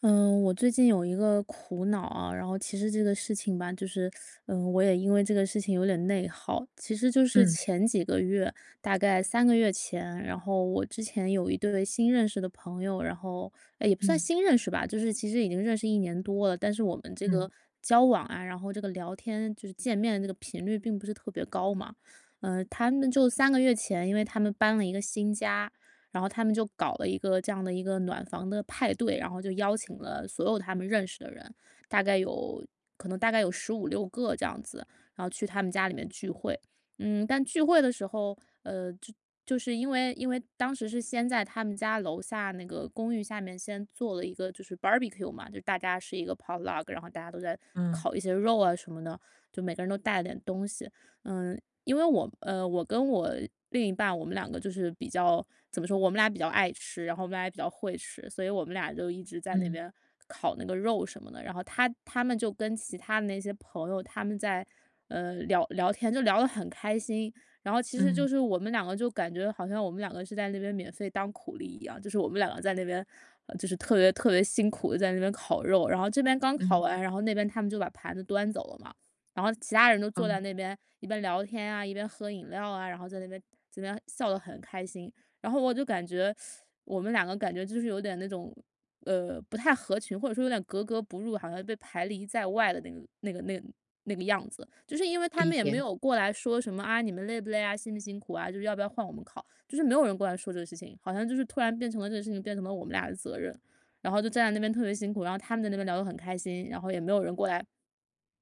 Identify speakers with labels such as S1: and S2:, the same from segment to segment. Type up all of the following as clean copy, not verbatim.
S1: 嗯，我最近有一个苦恼啊，然后其实这个事情吧，就是，我也因为这个事情有点内耗。其实就是
S2: 嗯
S1: 前几个月，大概三个月前，然后我之前有一对新认识的朋友，然后，也不算
S2: 嗯
S1: 新认识吧，就是其实已经认识一年多了，但是我们这
S2: 嗯
S1: 个交往啊，然后这个聊天就是见面的这个频率并不是特别高嘛。他们就三个月前，因为他们搬了一个新家，然后他们就搞了一个这样的一个暖房的派对，然后就邀请了所有他们认识的人，大概有可能大概有十五六个这样子，然后去他们家里面聚会。但聚会的时候，呃，就就是因为当时是先在他们家楼下那个公寓下面先做了一个就是 barbecue 嘛，就大家是一个 potluck，然后大家都在
S2: 嗯
S1: 烤一些肉啊什么的，就每个人都带了点东西。嗯，因为我跟我另一半，我们两个就是比较怎么说，我们俩比较爱吃，然后我们俩也比较会吃，所以我们俩就一直在那
S2: 嗯
S1: 边烤那个肉什么的。然后他们就跟其他的那些朋友，他们在聊聊天，就聊得很开心。然后其实就
S2: 嗯
S1: 是我们两个就感觉好像我们两个是在那边免费当苦力一样，就是我们两个在那边就是特别特别辛苦的在那边烤肉，然后这边刚烤
S2: 嗯。
S1: 完，然后那边他们就把盘子端走了嘛。然后其他人都
S2: 哦，
S1: 坐在那边一边聊天啊，一边喝饮料啊，然后在那边这边笑得很开心。然后我就感觉我们两个感觉就是有点那种不太合群，或者说有点格格不入，好像被排离在外的那个样子。就是因为他
S2: 理
S1: 们也没
S2: 解。
S1: 有过来说什么啊，你们累不累啊，辛不辛苦啊，就是要不要换我们考，就是没有人过来说这个事情，好像就是突然变成了这个事情变成了我们俩的责任。然后就站在那边特别辛苦，然后他们在那边聊得很开心，然后也没有人过来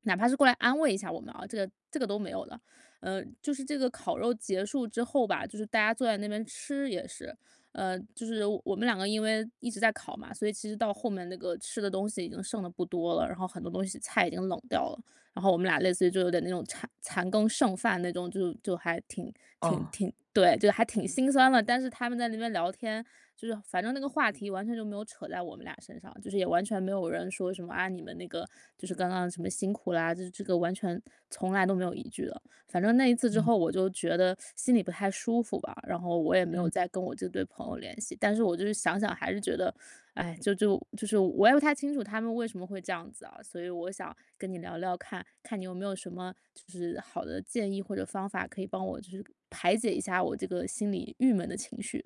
S1: 哪怕是过来安慰一下我们啊，这个都没有的。就是这个烤肉结束之后吧，就是大家坐在那边吃也是，就是我们两个因为一直在烤嘛，所以其实到后面那个吃的东西已经剩的不多了，然后很多东西菜已经冷掉了。然后我们俩类似于就有点那种残羹剩饭那种，就还挺挺
S2: 哦。
S1: 挺对，就还挺心酸了。但是他们在那边聊天，就是反正那个话题完全就没有扯在我们俩身上，就是也完全没有人说什么啊，你们那个就是刚刚什么辛苦啦，就是这个完全从来都没有一句的。反正那一次之后，
S2: 嗯
S1: 我就觉得心里不太舒服吧，然后我也没有
S2: 嗯
S1: 再跟我这对朋友联系。但是我就是想想，还是觉得哎，就是我也不太清楚他们为什么会这样子啊，所以我想跟你聊聊看，看你有没有什么就是好的建议或者方法可以帮我就是排解一下我这个心里郁闷的情绪。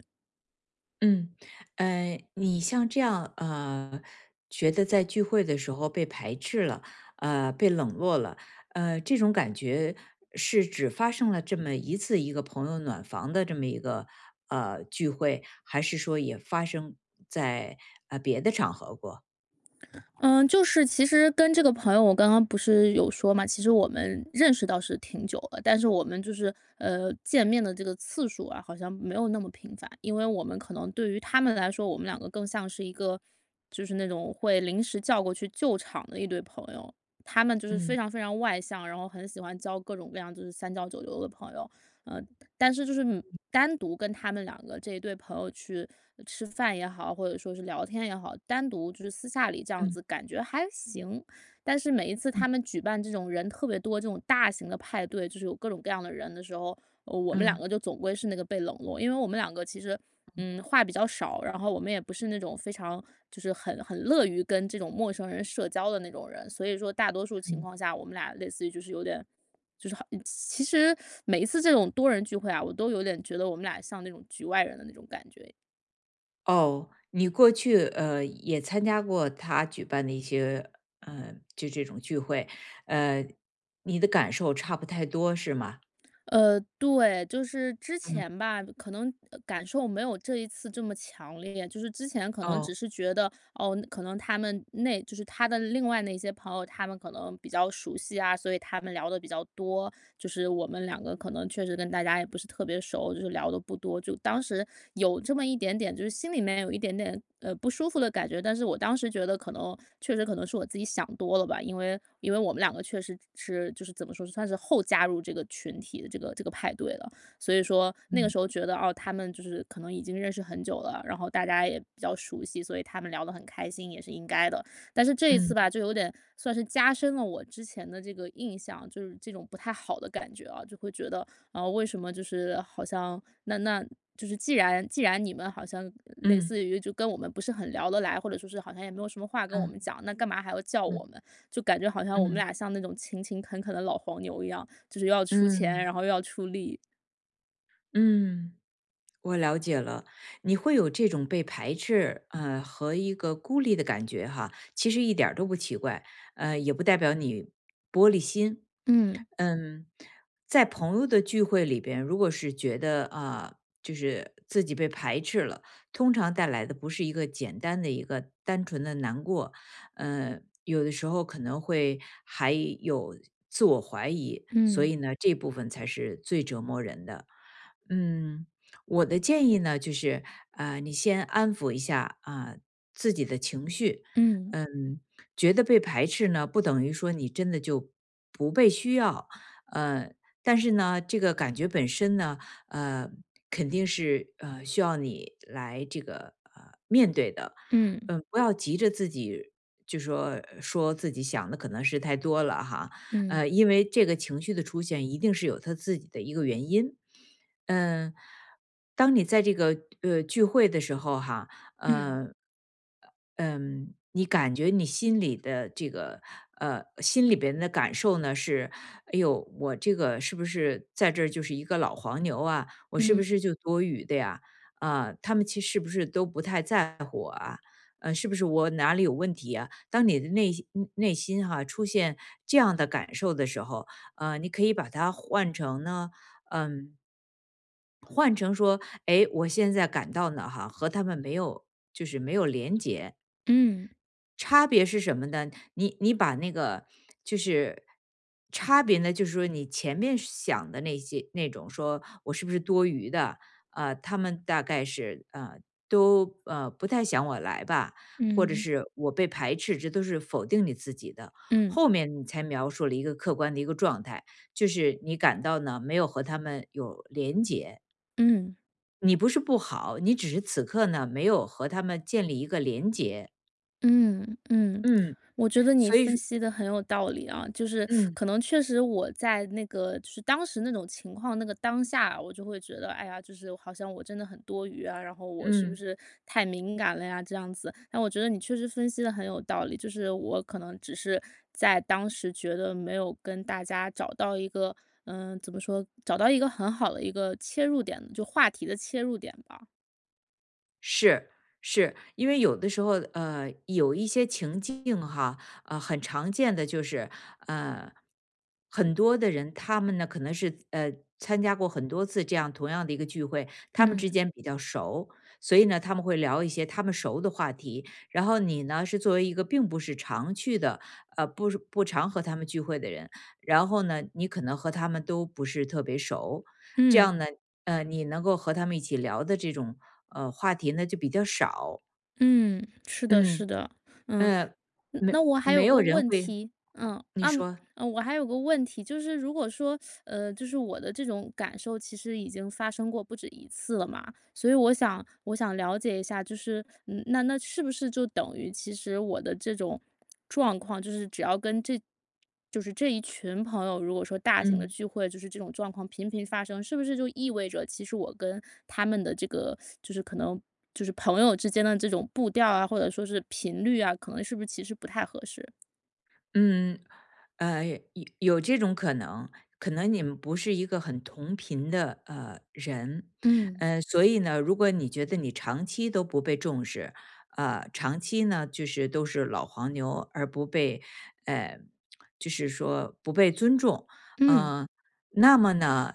S2: 嗯。你像这样，觉得在聚会的时候被排斥了，被冷落了。这种感觉是只发生了这么一次一个朋友暖房的这么一个聚会，还是说也发生在别的场合过？
S1: 嗯，就是其实跟这个朋友，我刚刚不是有说嘛，其实我们认识倒是挺久了，但是我们就是见面的这个次数啊，好像没有那么频繁，因为我们可能对于他们来说，我们两个更像是一个就是那种会临时叫过去救场的一对朋友，他们就是非
S2: 嗯
S1: 常非常外向，然后很喜欢交各种各样就是三教九流的朋友，嗯、但是就是单独跟他们两个这一对朋友去吃饭也好，或者说是聊天也好，单独就是私下里这样子
S2: 嗯
S1: 感觉还行。但是每一次他们举办这种人特别多、这种大型的派对，就是有各种各样的人的时候，我们两
S2: 嗯
S1: 个就总归是那个被冷落，因为我们两个其实。话比较少，然后我们也不是那种非常就是很乐于跟这种陌生人社交的那种人，所以说大多数情
S2: 嗯。
S1: 况下，我们俩类似于就是有点其实每一次这种多人聚会啊，我都有点觉得我们俩像那种局外人的那种感觉。
S2: 哦，你过去也参加过他举办的一些就这种聚会，呃，你的感受差不太多是吗？
S1: 对，就是之
S2: 嗯。
S1: 前吧，可能感受没有这一次这么强烈。就是之前可能
S2: 哦。
S1: 只是觉得，哦，可能他们那就是他的另外那些朋友，他们可能比较熟悉啊，所以他们聊的比较多。就是我们两个可能确实跟大家也不是特别熟，就是聊的不多，就当时有这么一点点，就是心里面有一点点不舒服的感觉，但是我当时觉得可能确实可能是我自己想多了吧，因为我们两个确实是就是怎么说，算是后加入这个群体的这个派对的，所以说那个
S2: 嗯
S1: 时候觉得哦，他们就是可能已经认识很久了，然后大家也比较熟悉，所以他们聊得很开心也是应该的。但是这一
S2: 嗯
S1: 次吧，就有点算是加深了我之前的这个印象，就是这种不太好的感觉啊，就会觉得，啊，为什么就是好像那就是既然你们好像类
S2: 嗯
S1: 似于就跟我们不是很聊得来，或者说是好像也没有什么话跟我
S2: 嗯
S1: 们讲，那干嘛还要叫我们？
S2: 嗯
S1: 就感觉好像我们
S2: 嗯
S1: 俩像那种勤勤恳恳的老黄牛一样，就是又要出钱，
S2: 嗯
S1: 然后又要出力。
S2: 嗯。我了解了，你会有这种被排斥和一个孤立的感觉哈，其实一点儿都不奇怪。也不代表你玻璃心。
S1: 嗯
S2: 嗯。在朋友的聚会里边，如果是觉得啊、就是自己被排斥了，通常带来的不是一个简单的一个单纯的难过，呃，有的时候可能会还有自我怀疑，所
S1: 嗯
S2: 以呢，这部分才是最折磨人的。嗯。我的建议呢，就是，你先安抚一下啊，自己的情绪。
S1: 嗯
S2: 嗯。觉得被排斥呢，不等于说你真的就不被需要。呃，但是呢，这个感觉本身呢，呃，肯定是需要你来这个面对的。
S1: 嗯
S2: 嗯。不要急着自己就说说自己想的可能是太多了哈。
S1: 嗯
S2: 因为这个情绪的出现一定是有它自己的一个原因。嗯。当你在这个聚会的时候哈，
S1: 嗯
S2: 呃嗯，你感觉你心里的这个心里边的感受呢是，哎呦，我这个是不是在这儿就是一个老黄牛啊？我是不
S1: 嗯
S2: 是就多余的呀？啊、他们其实是不是都不太在乎我啊？是不是我哪里有问题啊？当你的内心哈、出现这样的感受的时候，你可以把它换成呢，嗯、换成说，哎，我现在感到呢，哈，和他们没有，就是没有连接。
S1: 嗯
S2: 差别是什么呢？你把那个就是差别呢，就是说你前面想的那些那种，说我是不是多余的？啊，他们大概是都不太想我来吧，或者
S1: 嗯嗯
S2: 是我被排斥，这都是否定你自己的。
S1: 嗯
S2: 后面你才描述了一个客观的一个状态，就是你感到呢没有和他们有连接。
S1: 嗯。
S2: 你不是不好，你只是此刻呢，没有和他们建立一个连接。
S1: 嗯嗯，
S2: 嗯。
S1: 我觉得你
S2: 所以
S1: 分
S2: 说
S1: 析的很有道理啊，就是
S2: 嗯。
S1: 可能确实我在那个就是当时那种情况，那个当下，我就会觉得，哎呀，就是好像我真的很多余啊，然后我是不
S2: 嗯。
S1: 是太敏感了呀，这样子。但我觉得你确实分析的很有道理，就是我可能只是在当时觉得没有跟大家找到一个，怎么说，找到一个很好的一个切入点，就话题的切入点吧。
S2: 是是。因为有的时候，有一些情境哈，很常见的就是，呃，很多的人他们呢可能是参加过很多次这样同样的一个聚会，他们之
S1: 嗯。
S2: 间比较熟，所以呢他们会聊一些他们熟的话题。然后你呢是作为一个并不是常去的，不是不常和他们聚会的人，然后呢你可能和他们都不是特别熟，这
S1: 嗯嗯。
S2: 样呢，你能够和他们一起聊的这种，话题呢就比较少。
S1: 嗯，是的，
S2: 嗯。
S1: 是的，嗯。
S2: 呃，没
S1: 那我还有
S2: 没
S1: 个
S2: 有人
S1: 问
S2: 会。
S1: 题。嗯，
S2: 你
S1: 啊，
S2: 说。
S1: 我还有个问题，就是如果说，就是我的这种感受其实已经发生过不止一次了嘛，所以我想了解一下，就是，那是不是就等于其实我的这种状况，就是只要跟这就是这一群朋友，如果说大型的
S2: 嗯。
S1: 聚会，就是这种状况频频发生，是不是就意味着其实我跟他们的这个就是可能就是朋友之间的这种步调啊，或者说是频率啊，可能是不是其实不太合适？
S2: 嗯，呃，有有这种可能，可能你们不是一个很同频的人。
S1: 嗯
S2: 所以呢，如果你觉得你长期都不被重视，长期呢就是都是老黄牛，而不被呃，就是说不被尊重，
S1: 嗯
S2: 呃，那么呢，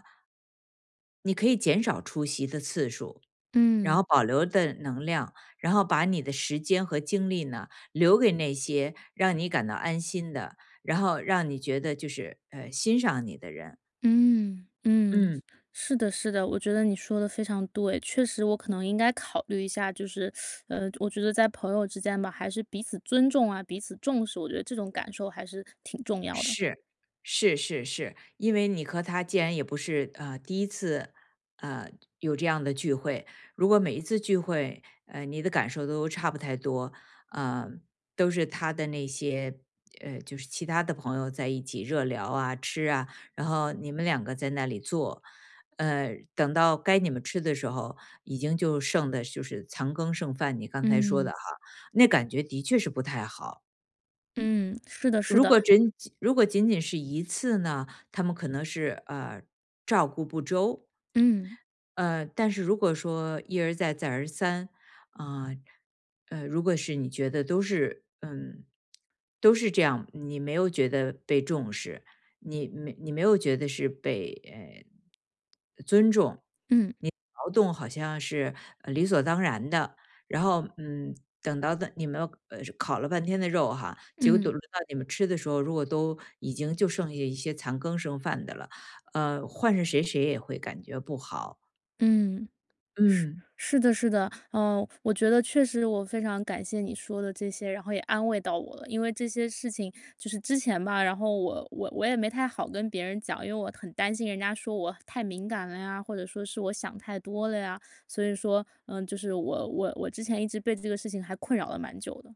S2: 你可以减少出席的次数，然后
S1: 嗯。
S2: 保留的能量，然后把你的时间和精力呢，留给那些让你感到安心的，然后让你觉得就是，欣赏你的人。
S1: 嗯嗯，
S2: 嗯。
S1: 是的，是的，我觉得你说的非常对，确实我可能应该考虑一下，就是，我觉得在朋友之间吧，还是彼此尊重啊，彼此重视，我觉得这种感受还是挺重要的。
S2: 是。是是是。因为你和他既然也不是第一次，呃有这样的聚会，如果每一次聚会，你的感受都差不太多，呃都是他的那些就是其他的朋友在一起热聊啊、吃啊，然后你们两个在那里坐，等到该你们吃的时候，已经就剩的就是残羹剩饭，你刚才说的
S1: 嗯
S2: 哈，那感觉的确是不太好。
S1: 嗯，是的，是
S2: 如
S1: 的，
S2: 果仅如果仅仅是一次呢，他们可能是照顾不周。
S1: 嗯
S2: 但是如果说一而再再而三，啊、如果是你觉得都是都是这样，你没有觉得被重视，你没有觉得是被尊重，
S1: 嗯
S2: 你劳动好像是理所当然的，然后等到的你们烤了半天的肉哈，结果等
S1: 嗯
S2: 轮到你们吃的时候，如果都已经就剩下一些残羹剩饭的了，换是谁谁也会感觉不好。
S1: 嗯。是
S2: 嗯
S1: 是的，是的，嗯，我觉得确实我非常感谢你说的这些，然后也安慰到我了。因为这些事情就是之前吧，然后我也没太好跟别人讲，因为我很担心人家说我太敏感了呀，或者说是我想太多了呀。所以说，就是我之前一直被这个事情还困扰了蛮久的。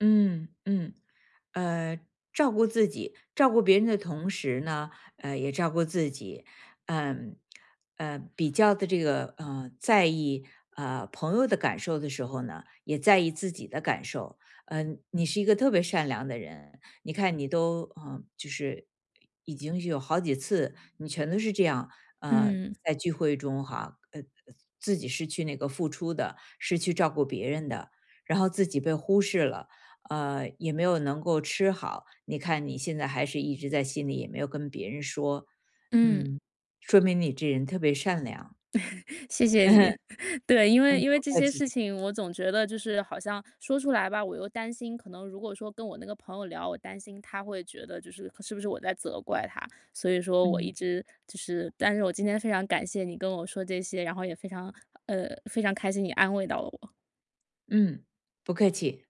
S2: 嗯嗯。呃，照顾自己，照顾别人的同时呢，也照顾自己。嗯。比较的这个在意朋友的感受的时候呢，也在意自己的感受。嗯、你是一个特别善良的人，你看你都就是已经有好几次，你全都是这样，呃，
S1: 嗯
S2: 在聚会中哈，自己是去那个付出的，是去照顾别人的，然后自己被忽视了。也没有能够吃好，你看你现在还是一直在心里，也没有跟别人说。
S1: 嗯。
S2: 嗯，说明你这人特别善良。
S1: 谢谢你。对，因为
S2: 嗯，
S1: 因为
S2: 不
S1: 这
S2: 客
S1: 些
S2: 气。
S1: 事情，我总觉得就是好像说出来吧，我又担心，可能如果说跟我那个朋友聊，我担心他会觉得就是是不是我在责怪他，所以说我一
S2: 嗯
S1: 直就是，但是我今天非常感谢你跟我说这些，然后也非常非常开心你安慰到了我。
S2: 嗯，不客气。